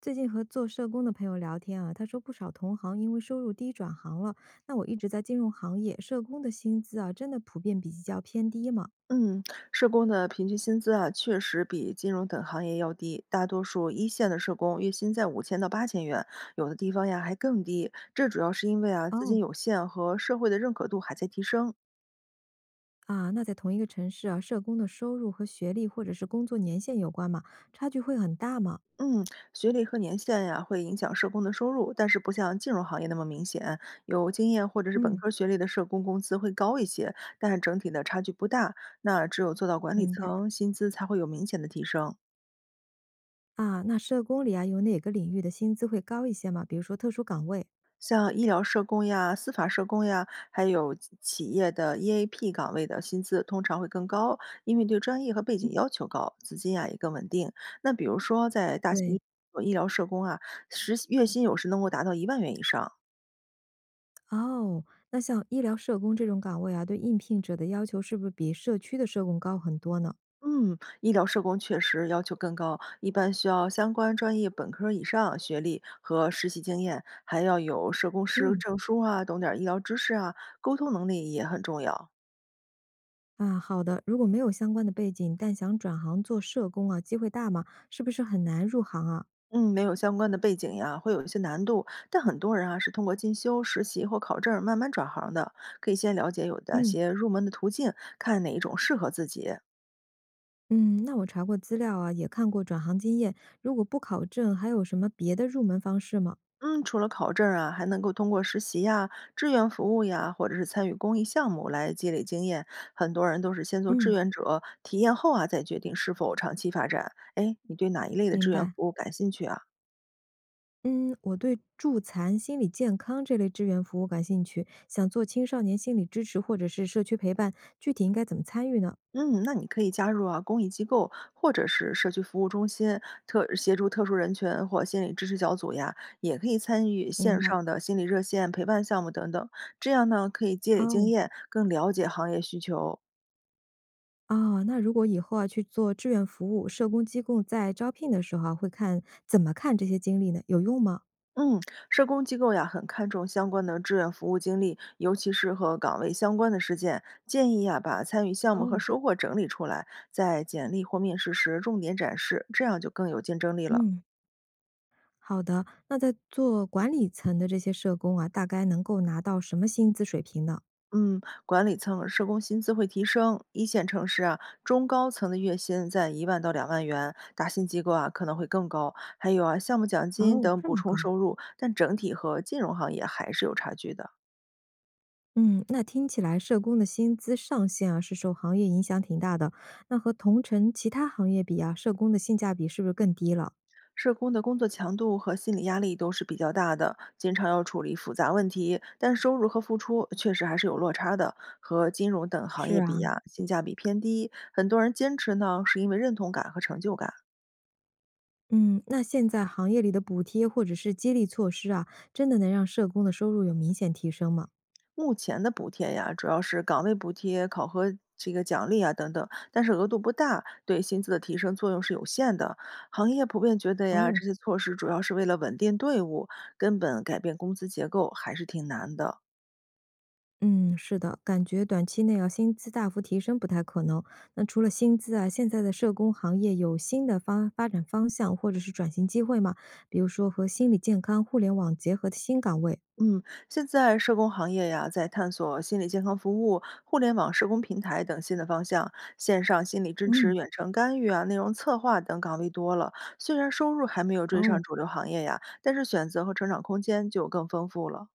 最近和做社工的朋友聊天啊，他说不少同行因为收入低转行了。那我一直在金融行业，社工的薪资啊，真的普遍比较偏低吗？嗯，社工的平均薪资啊，确实比金融等行业要低。大多数一线的社工月薪在五千到八千元，有的地方呀还更低。这主要是因为啊，资金哦，有限和社会的认可度还在提升。啊，那在同一个城市啊，社工的收入和学历或者是工作年限有关吗？差距会很大吗？嗯，学历和年限呀会影响社工的收入，但是不像金融行业那么明显。有经验或者是本嗯，科学历的社工工资会高一些，但整体的差距不大。那只有做到管理明白。层，薪资才会有明显的提升。啊，那社工里啊，有哪个领域的薪资会高一些吗？比如说特殊岗位？像医疗社工呀、司法社工呀，还有企业的 EAP 岗位的薪资通常会更高，因为对专业和背景要求高，资金呀也更稳定。那比如说在大型对。医做医疗社工啊，实月薪有时能够达到一万元以上。哦，那像医疗社工这种岗位啊，对应聘者的要求是不是比社区的社工高很多呢？嗯，医疗社工确实要求更高，一般需要相关专业本科以上学历和实习经验，还要有社工师嗯，证书啊，懂点儿医疗知识啊，沟通能力也很重要。啊，好的。如果没有相关的背景，但想转行做社工啊，机会大吗？是不是很难入行啊？嗯，没有相关的背景呀，会有一些难度。但很多人啊是通过进修、实习或考证儿慢慢转行的，可以先了解有哪嗯些入门的途径，看哪一种适合自己。嗯，那我查过资料啊，也看过转行经验。如果不考证，还有什么别的入门方式吗？嗯，除了考证儿啊，还能够通过实习呀、志愿服务呀，或者是参与公益项目来积累经验。很多人都是先做志嗯，愿者，体验后啊，再决定是否长期发展。哎，你对哪一类的志明愿服白。务感兴趣啊？嗯，我对助残、心理健康这类志愿服务感兴趣，想做青少年心理支持或者是社区陪伴，具体应该怎么参与呢？嗯，那你可以加入啊公益机构或者是社区服务中心，特协助特殊人群或心理支持小组呀，也可以参与线明白。上的心理热线陪伴项目等等，这样呢可以积累经哦，验，更了解行业需求。哦，那如果以后啊去做志愿服务，社工机构在招聘的时候啊，会看怎么看这些经历呢？有用吗？嗯，社工机构呀很看重相关的志愿服务经历，尤其是和岗位相关的事件，建议呀把参与项目和哦，收获整理出来，在简历或面试时重点展示，这样就更有竞争力了。嗯。好的，那在做管理层的这些社工啊，大概能够拿到什么薪资水平呢？嗯，管理层、社工薪资会提升。一线城市啊，中高层的月薪在一万到两万元，大型机构啊可能会更高。还有啊，项目奖金哦，等这补么充高。收入，但整体和金融行业还是有差距的。嗯，那听起来社工的薪资上限啊，是受行业影响挺大的。那和同城其他行业比啊，社工的性价比是不是更低了？社工的工作强度和心理压力都是比较大的，经常要处理复杂问题，但收入和付出确实还是有落差的。和金融等行是业比啊，呀、性价比偏低。很多人坚持呢，是因为认同感和成就感。嗯，那现在行业里的补贴或者是激励措施啊，真的能让社工的收入有明显提升吗？目前的补贴呀，主要是岗位补贴、考核这个奖励啊等等，但是额度不大，对薪资的提升作用是有限的。行业普遍觉得呀，哦，这些措施主要是为了稳定队伍，根本改变工资结构还是挺难的。嗯，是的，感觉短期内啊，薪资大幅提升不太可能。那除了薪资啊，现在的社工行业有新的方发展方向或者是转型机会吗？比如说和心理健康、互联网结合的新岗位。嗯，现在社工行业呀，在探索心理健康服务、互联网社工平台等新的方向，线上心理支持、嗯，远程干预啊、内容策划等岗位多了。虽然收入还没有追上哦。主流行业呀，但是选择和成长空间就更丰富了。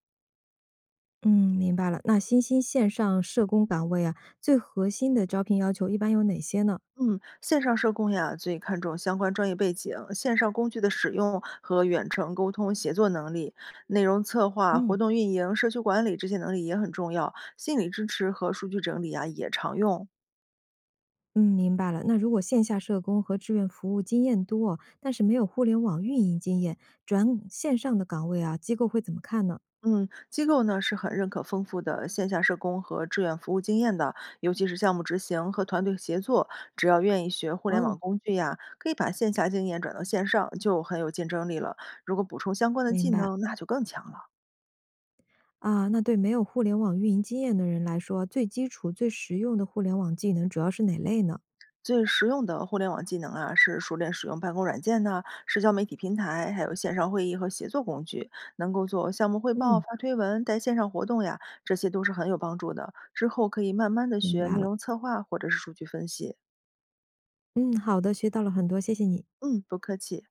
嗯，明白了。那新兴线上社工岗位啊，最核心的招聘要求一般有哪些呢？嗯，线上社工呀，最看重相关专业背景、线上工具的使用和远程沟通协作能力。内容策划、活嗯，动运营、社区管理这些能力也很重要。心理支持和数据整理啊，也常用。嗯，明白了。那如果线下社工和志愿服务经验多，但是没有互联网运营经验，转线上的岗位啊，机构会怎么看呢？嗯，机构呢是很认可丰富的线下社工和志愿服务经验的，尤其是项目执行和团队协作。只要愿意学互联哦，网工具呀，可以把线下经验转到线上，就很有竞争力了。如果补充相关的技明白能，那就更强了。啊。那对没有互联网运营经验的人来说，最基础、最实用的互联网技能主要是哪类呢？最实用的互联网技能啊，是熟练使用办公软件呐、社交媒体平台，还有线上会议和协作工具，能够做项目汇报、嗯，发推文、带线上活动呀，这些都是很有帮助的。之后可以慢慢的明学白内了。容策划或者是数据分析。嗯，好的，学到了很多，谢谢你。嗯，不客气。